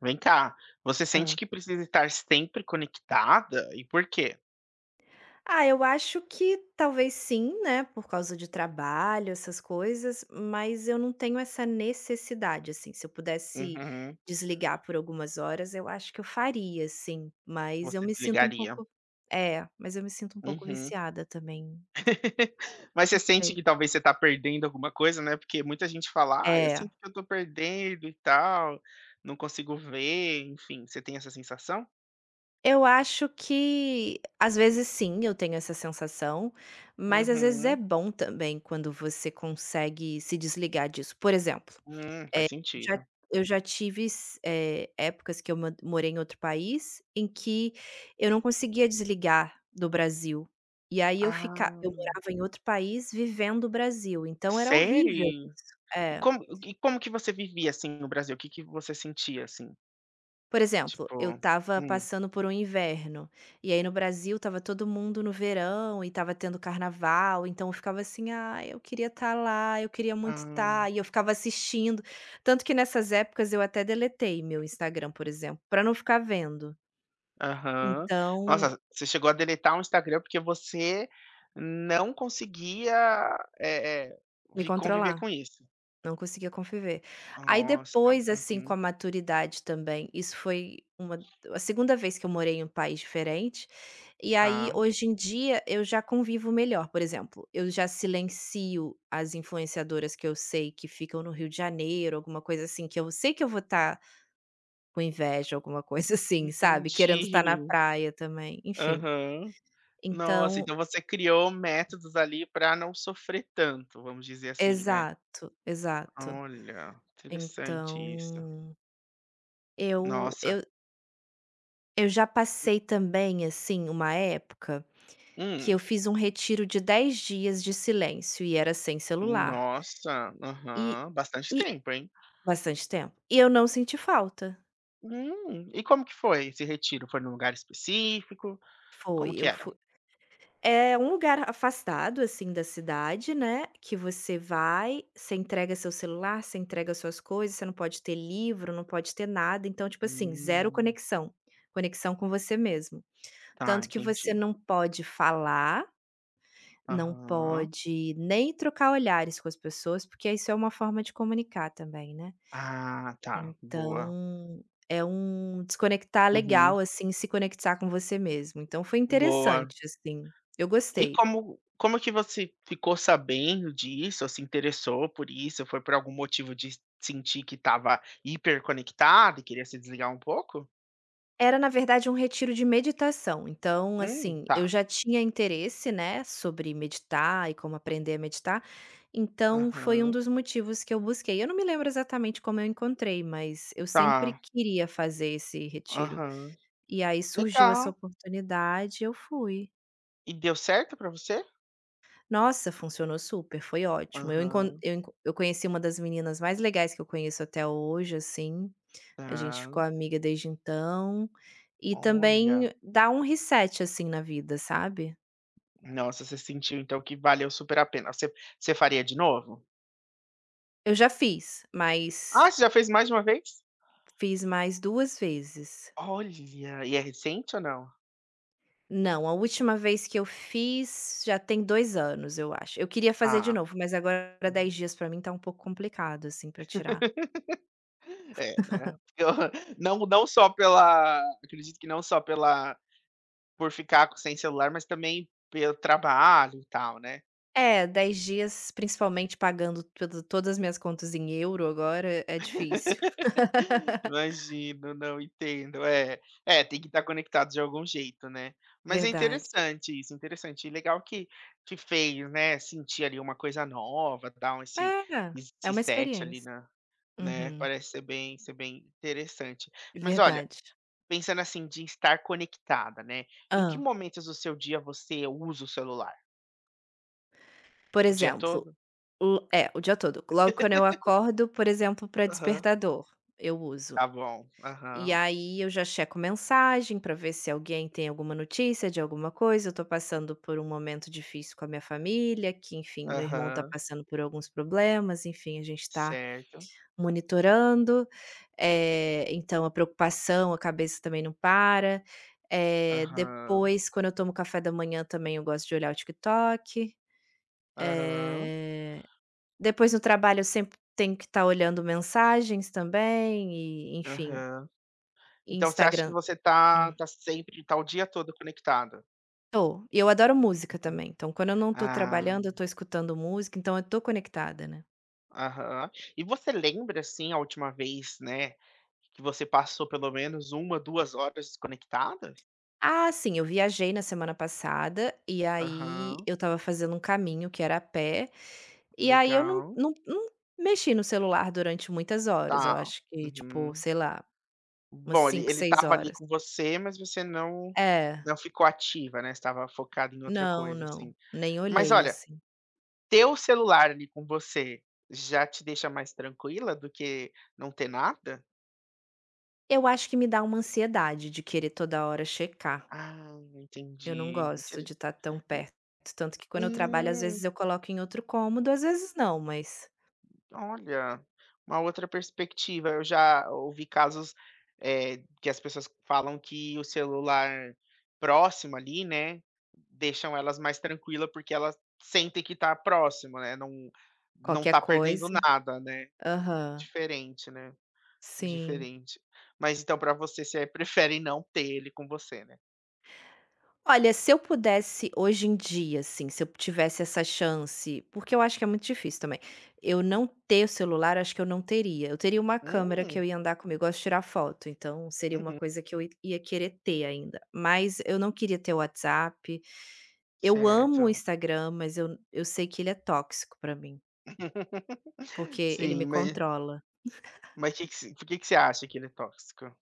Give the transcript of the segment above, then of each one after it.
Vem cá, você sente Hã. que precisa estar sempre conectada? E por quê? Ah, eu acho que talvez sim, né, por causa de trabalho, essas coisas, mas eu não tenho essa necessidade, assim, se eu pudesse Uhum, desligar por algumas horas, eu acho que eu faria, sim, mas eu você me sinto um desligaria. pouco é, mas eu me sinto um pouco Uhum. viciada também, Mas você não sente sei. que talvez você está perdendo alguma coisa, né, porque muita gente fala: "Ah, eu É. sinto que eu tô perdendo e tal, não consigo ver", enfim, você tem essa sensação? Eu acho que às vezes sim, eu tenho essa sensação, mas às vezes é Uhum. bom também quando você consegue se desligar disso. Por exemplo, Faz Já sentido. eu já tive épocas que eu man morei em outro país, em que eu não conseguia desligar do Brasil. E aí Ah, eu morava em outro país vivendo o Brasil, então era horrível sério? isso. E É. como e como que você vivia, assim, no Brasil? O que que você sentia, assim? Por exemplo, Tipo eu estava hum. passando por um inverno, e aí no Brasil estava todo mundo no verão e estava tendo carnaval, então eu ficava assim: "Ah, eu queria estar lá, eu queria muito Ah. estar", e eu ficava assistindo. Tanto que nessas épocas eu até deletei meu Instagram, por exemplo, pra não ficar vendo. Aham. Então, Nossa, você chegou a deletar um Instagram porque você não conseguia, eh eh, me vi conviver controlar. com isso. Não conseguia conviver. Aí Nossa, depois, assim, com uhum, a maturidade também, isso foi uma a segunda vez que eu morei em um país diferente, e aí tá, hoje em dia eu já convivo melhor, por exemplo, eu já silencio as influenciadoras que eu sei que ficam no Rio de Janeiro, alguma coisa assim, que eu sei que eu vou estar com inveja, alguma coisa assim, sabe, querendo entendi. estar na praia também, enfim. Aham. Nossa, Então, então você criou métodos ali para não sofrer tanto, vamos dizer assim, né. exato, exato. Olha, interessante isso. Então, eu Nossa. eu Eu já passei também, assim, uma época que Hum. eu fiz um retiro de 10 dias de silêncio e era sem celular. Nossa, E aham, bastante e tempo, hein. bastante tempo. E eu não senti falta. E como que foi esse retiro? Foi num lugar específico? Foi, Como que eu era? fui. É um lugar afastado, assim, da cidade, né, que você vai, você entrega seu celular, você entrega suas coisas, você não pode ter livro, não pode ter nada, então, tipo assim, zero Hum, conexão, conexão com você mesmo. tá, Tanto que você entendi. não pode falar, não Aham. pode nem trocar olhares com as pessoas, porque isso é uma forma de comunicar também, né. Ah, tá, boa. Então, é um desconectar Uhum, legal, assim, se conectar com você mesmo. Então foi boa. interessante, assim, eu E gostei. como que você ficou sabendo disso, ou se interessou por isso? Foi por algum motivo de sentir que estava hiperconectado e queria se desligar um pouco? Era, na verdade, um retiro de meditação, então, assim, Tá. eu já tinha interesse, né, sobre meditar e como aprender a meditar, então foi um Aham, dos motivos que eu busquei. Eu não me lembro exatamente como eu encontrei, mas eu sempre tá. queria fazer esse retiro. Aham. E aí surgiu essa Legal. oportunidade, eu fui. E deu certo pra você? Nossa, funcionou super, foi ótimo. Eu encon Aham, eu enco eu conheci uma das meninas mais legais que eu conheço até hoje, assim, a gente tá. ficou amiga desde então, e Olha, também dá um reset, assim, na vida, sabe. nossa, você sentiu então que valeu super a pena. Você faria de novo? Eu já fiz, Ah, mas você já fez mais de uma vez? fiz mais 2 vezes. Olha, e é recente ou não? Não, a última vez que eu fiz já tem 2 anos, eu acho. Eu queria fazer de Ah, novo, mas agora 10 uhum. dias pra mim tá um pouco complicado, assim, pra tirar. É, né. Eu não não só pela acredito que não só pela por ficar sem celular, mas também pelo trabalho e tal, né. É, 10 dias, principalmente pagando tudo todas as minhas contas em euro agora, é difícil. Imagino, não, entendo. É, é, tem que estar conectado de algum jeito, né. Mas é Verdade. interessante isso, interessante. E legal que fez, né, sentir ali uma coisa nova, dar um esse É, é esse uma set ali experiência. na né, Uhum, parece ser bem interessante. Mas olha. verdade. Pensando assim, de estar conectada, né, em que Ah, momentos do seu dia você usa o celular? por O dia exemplo, todo? o dia todo. Logo quando eu acordo, por exemplo, para Aham. despertador, eu uso. Tá bom. E Aham. aí eu já checo mensagem para ver se alguém tem alguma notícia de alguma coisa, eu tô passando por um momento difícil com a minha família, que enfim, meu irmão tá Aham. passando por alguns problemas, enfim, a gente tá Certo. monitorando, então a preocupação, a cabeça também não para. Aham. Depois, quando eu tomo café da manhã também eu gosto de olhar o TikTok. Aham. Eh, Depois no trabalho eu sempre tenho que estar olhando mensagens também e enfim, Aham. e Então você acha que Instagram. você tá Hum. tá sempre, tá o dia todo conectada? Tô. E eu adoro música Uhum. também, então quando eu não tô Ah, trabalhando eu tô escutando música, então eu tô conectada, né. aham. E você lembra, assim, a última vez, né, que você passou pelo menos uma, 2 horas desconectada? Ah, sim, eu viajei na semana passada, e aí Aham. eu estava fazendo um caminho que era a pé, e aí eu não Legal. não não mexi no celular durante muitas horas, eu Tá. acho que tipo, Uhum. sei lá, umas Bom, ele 5, ele 6 estava ali horas. com você, mas você não É, não ficou ativa, né, você estava focada em outra não, coisa, não, assim. nem Mas olhei olha, assim. ter o celular ali com você já te deixa mais tranquila do que não ter nada? Eu acho que me dá uma ansiedade de querer toda hora checar, Ah, eu não entendi, gosto interen de estar tão perto, tanto que quando eu trabalho às hum. vezes eu coloco em outro cômodo, às vezes não, mas Olha, uma outra perspectiva. Eu já ouvi casos, que as pessoas falam que o celular próximo ali, né, deixam elas mais tranquila, porque elas sentem que tá próximo, né, não não qualquer tá perdendo coisa, nada, né. aham, Diferente, né, sim. diferente. Mas então para você, você prefere não ter ele com você, né? Olha, se eu pudesse hoje em dia, assim, se eu tivesse essa chance, porque eu acho que é muito difícil também. Eu não ter o celular, acho que eu não teria. Eu teria uma câmera que Hum, eu ia andar comigo, eu gosto de tirar foto, então seria uma uhum. coisa que eu ia querer ter ainda. Mas eu não queria ter o WhatsApp. Eu amo o Certo. Instagram, mas eu sei que ele é tóxico pra mim, porque ele Sim, me controla. mas que você por que que você acha que ele é tóxico?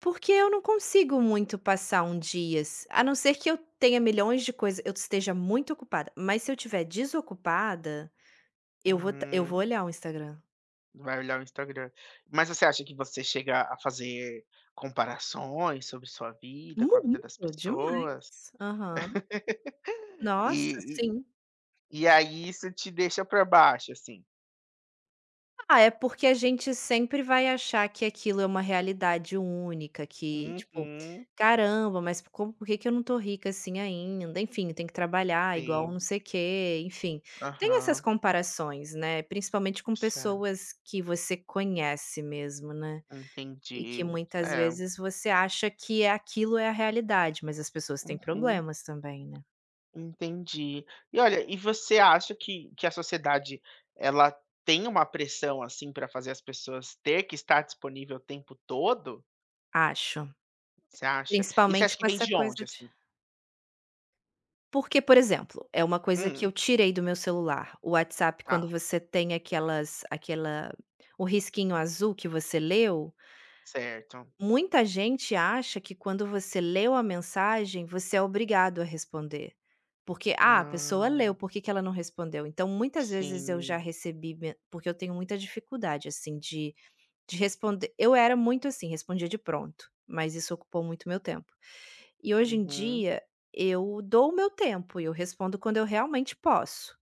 Porque eu não consigo muito passar um dias, a não ser que eu tenha milhões de coisas, eu esteja muito ocupada, mas se eu estiver desocupada, eu vou ta eu Uhum. vou olhar o Instagram. Vai olhar o Instagram. Mas você acha que você chega a fazer comparações sobre sua vida, com a vida das Muito, demais. pessoas? Aham. E Nossa, e sim. e aí isso te deixa pra baixo, assim? Ah, é porque a gente sempre vai achar que aquilo é uma realidade única, que tipo: Uhum, "Caramba, mas como por que que eu não tô rica assim ainda?". Enfim, tem que trabalhar igual sim. não sei o quê, enfim. Tem essas Aham, comparações, né, principalmente com sa pessoas que você conhece mesmo, né, e entendi. que muitas É, vezes você acha que aquilo é a realidade, mas as pessoas têm uhum, problemas também, né, entendi. E olha, e você acha que a sociedade, ela tem uma pressão, assim, para fazer as pessoas ter que estar disponível o tempo todo? acho. Você acha? E você Principalmente acha que com vem essa de onde, coisa de assim? porque, por exemplo, é uma coisa que Hum. eu tirei do meu celular, o WhatsApp quando Tá, você tem aquela o risquinho azul que você leu, certo. muita gente acha que quando você leu a mensagem, você é obrigado a responder. Porque, "Ah, a pessoa Ah, leu, por que que ela não respondeu?". Então muitas vezes eu já sim. recebi me porque eu tenho muita dificuldade, assim, de responder. Eu era muito assim, respondia de pronto, mas isso ocupou muito meu tempo. E hoje em Uhum, dia, eu dou o meu tempo e eu respondo quando eu realmente posso.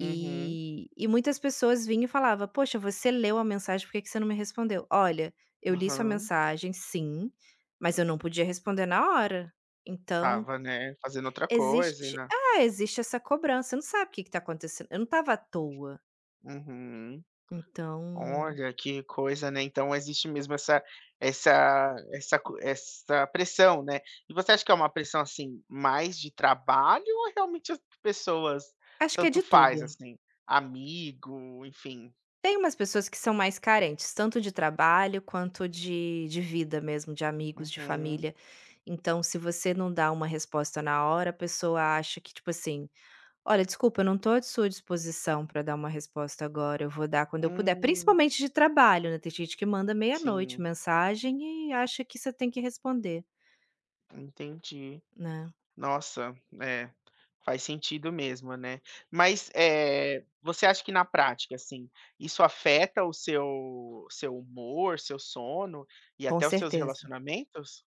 uhum, e muitas pessoas vinham e falava: "Poxa, você leu a mensagem, por que que você não me respondeu?". "Olha, eu li sua aham. mensagem sim, mas eu não podia responder na hora". Então Estava, né, fazendo outra coisa e existe na ah, existe essa cobrança. Você não sabe o que está acontecendo. Eu não estava à toa, uhum. então Olha, que coisa, né, então existe mesmo essa essa essa co essa pressão, né. E você acha que é uma pressão, assim, mais de trabalho ou realmente as pessoas acho que é tanto de faz, tudo. assim, amigo, enfim? Tem umas pessoas que são mais carentes, tanto de trabalho quanto de vida mesmo, de amigos, de Uhum. família. Então, se você não dá uma resposta na hora, a pessoa acha que, tipo assim: "Olha, desculpa, eu não tô à sua disposição para dar uma resposta agora, eu vou dar quando eu puder", Hum, principalmente de trabalho, né, tem gente que manda meia-noite sim, mensagem e acha que você tem que responder, entendi. né. Nossa, é, faz sentido mesmo, né. Mas, você acha que na prática, assim, isso afeta o seu humor, seu sono e Com até os seus certeza. relacionamentos?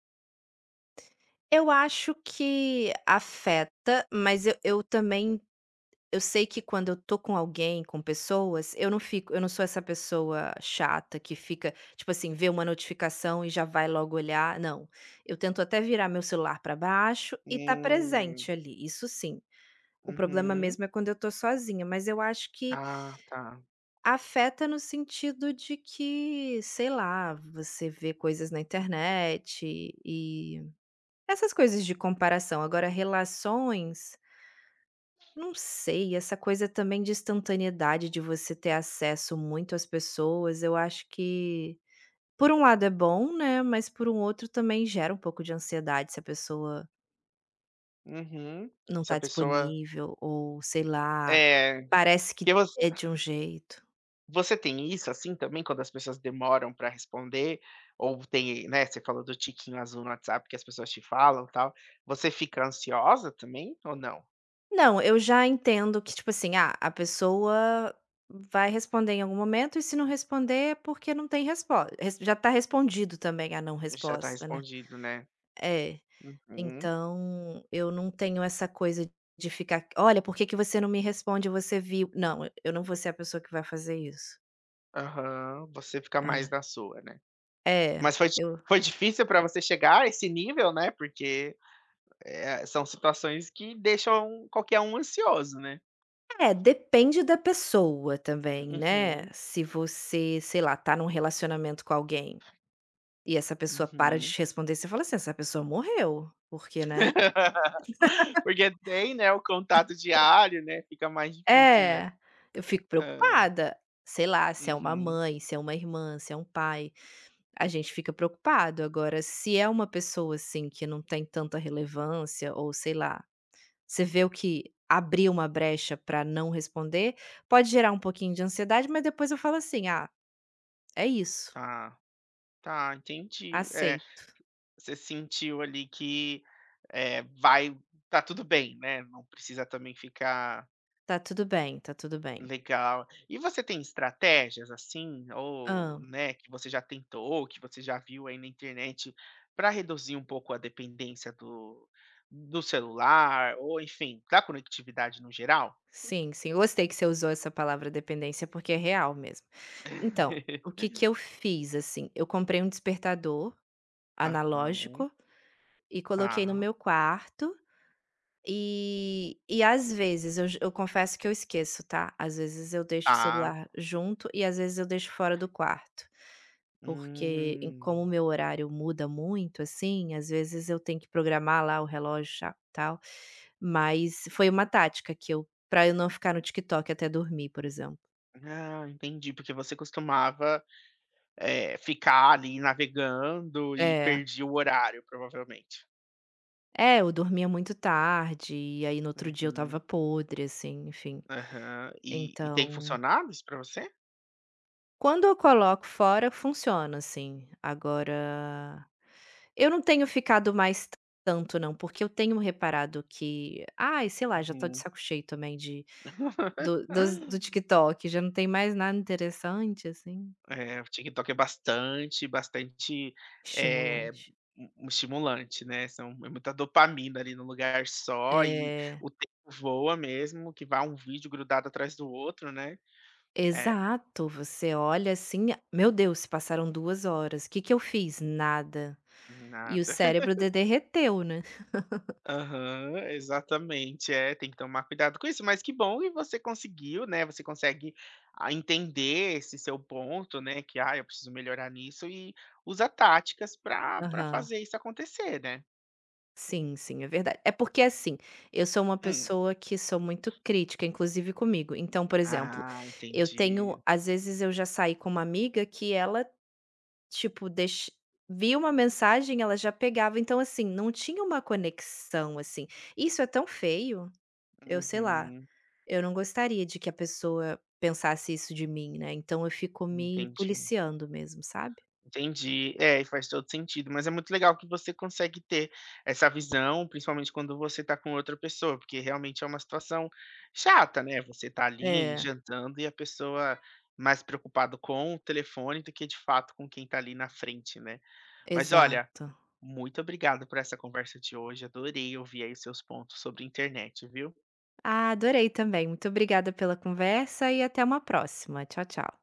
Eu acho que afeta, mas eu também. Eu sei que quando eu tô com alguém, com pessoas, eu não sou essa pessoa chata que fica, tipo assim, vê uma notificação e já vai logo olhar, não. Eu tento até virar meu celular pra baixo e tá Hum, presente ali, isso sim. O problema uhum. mesmo é quando eu tô sozinha, mas eu acho que Ah, tá. afeta no sentido de que, sei lá, você vê coisas na internet e essas coisas de comparação. Agora relações não sei, essa coisa também de instantaneidade, de você ter acesso muito às pessoas, eu acho que por um lado é bom, né, mas por um outro também gera um pouco de ansiedade se a pessoa Uhum. não Se a tá pessoa disponível ou sei lá, é, parece que que voc é de um jeito. você tem isso, assim, também, quando as pessoas demoram para responder ou tem, né, você falou do tiquinho azul no WhatsApp que as pessoas te falam, e tal. Você fica ansiosa também ou não? Não, eu já entendo que tipo assim, ah, a pessoa vai responder em algum momento e se não responder é porque não tem resposta, já tá respondido também a não Já tá resposta, né. respondido, né. É. Uhum. Então, eu não tenho essa coisa de ficar: "Olha, por que que você não me responde? Você viu". Não, eu não vou ser a pessoa que vai fazer isso. Aham. Você fica mais É. na sua, né. É, Mas eu foi difícil pra você chegar a esse nível, né, porque, são situações que deixam qualquer um ansioso, né. Depende da pessoa também, né. Uhum, Se você, sei lá, tá num relacionamento com alguém e essa pessoa para de uhum. te responder, você fala assim: "Essa pessoa morreu", porque, né. Porque tem, né, o contato diário, né, fica mais difícil, né. É, eu fico Hã. preocupada. Sei lá, se é uma Uhum. mãe, se é uma irmã, se é um pai. A gente fica preocupado. Agora, se é uma pessoa, assim, que não tem tanta relevância ou sei lá, você vê o que abriu uma brecha pra não responder, pode gerar um pouquinho de ansiedade, mas depois eu falo assim: "Ah, é isso, Tá, tá, entendi. É, aceito, você sentiu ali que, eh, vai tá tudo bem, né, não precisa também ficar. tá tudo bem, tá tudo bem". Legal. E você tem estratégias assim, ou, Ah, né, que você já tentou, ou que você já viu aí na internet para reduzir um pouco a dependência do celular ou enfim, da conectividade no geral? sim, sim, eu gostei que você usou essa palavra dependência, porque é real mesmo. Então, o que que eu fiz, assim, eu comprei um despertador Aham, analógico e coloquei no tá, meu quarto. E às vezes eu confesso que eu esqueço, tá. Às vezes eu deixo o tá. celular junto e às vezes eu deixo fora do quarto, porque como o Hum. meu horário muda muito, assim, às vezes eu tenho que programar lá o relógio cha tal, mas foi uma tática que eu pra eu não ficar no TikTok até dormir, por exemplo. Ah, entendi, porque você costumava, ficar ali navegando e É. perdia o horário provavelmente. É, eu dormia muito tarde e aí no outro dia eu Uhum, estava podre, assim, enfim. aham. E tem Então, funcionado isso para você? quando eu coloco fora, funciona assim. Agora, eu não tenho ficado mais tanto não, porque eu tenho reparado que, ai, sei lá, já tô de Uhum. saco cheio também de do dos do TikTok, já não tem mais nada interessante, assim, É, o TikTok é bastante, eh, estimulante. um um estimulante, né, são é muita dopamina ali num lugar só e É, o tempo voa mesmo, que vai um vídeo grudado atrás do outro, né. É, exato, você olha assim: "Meu Deus, se passaram 2 horas, o que que eu fiz? Nada". E o nada. cérebro de derreteu, né. Aham, exatamente. É, tem que tomar cuidado com isso, mas que bom que você conseguiu, né, você consegue, entender esse seu ponto, né, que: "Ah, eu preciso melhorar nisso", e usa táticas para Aham. fazer isso acontecer, né. Sim, sim, é verdade. É porque, assim, eu sou uma Hum. pessoa que sou muito crítica, inclusive comigo. Então, por exemplo, Ah, eu entendi. tenho às vezes eu já saí com uma amiga que ela, tipo, deix via uma mensagem, ela já pegava. Então, assim, não tinha uma conexão, assim. Isso é tão feio, eu sei lá, Uhum. eu não gostaria de que a pessoa pensasse isso de mim, né. Então eu fico me Entendi, policiando mesmo, sabe. entendi. É, e faz todo sentido, mas é muito legal que você consegue ter essa visão, principalmente quando você tá com outra pessoa, porque realmente é uma situação chata, né, você tá ali É, jantando e a pessoa mais preocupado com o telefone do que de fato com quem tá ali na frente, né. Mas olha, exato. muito obrigado por essa conversa de hoje, adorei ouvir aí os seus pontos sobre internet, viu. Ah, adorei também. Muito obrigada pela conversa e até uma próxima. Tchau, tchau.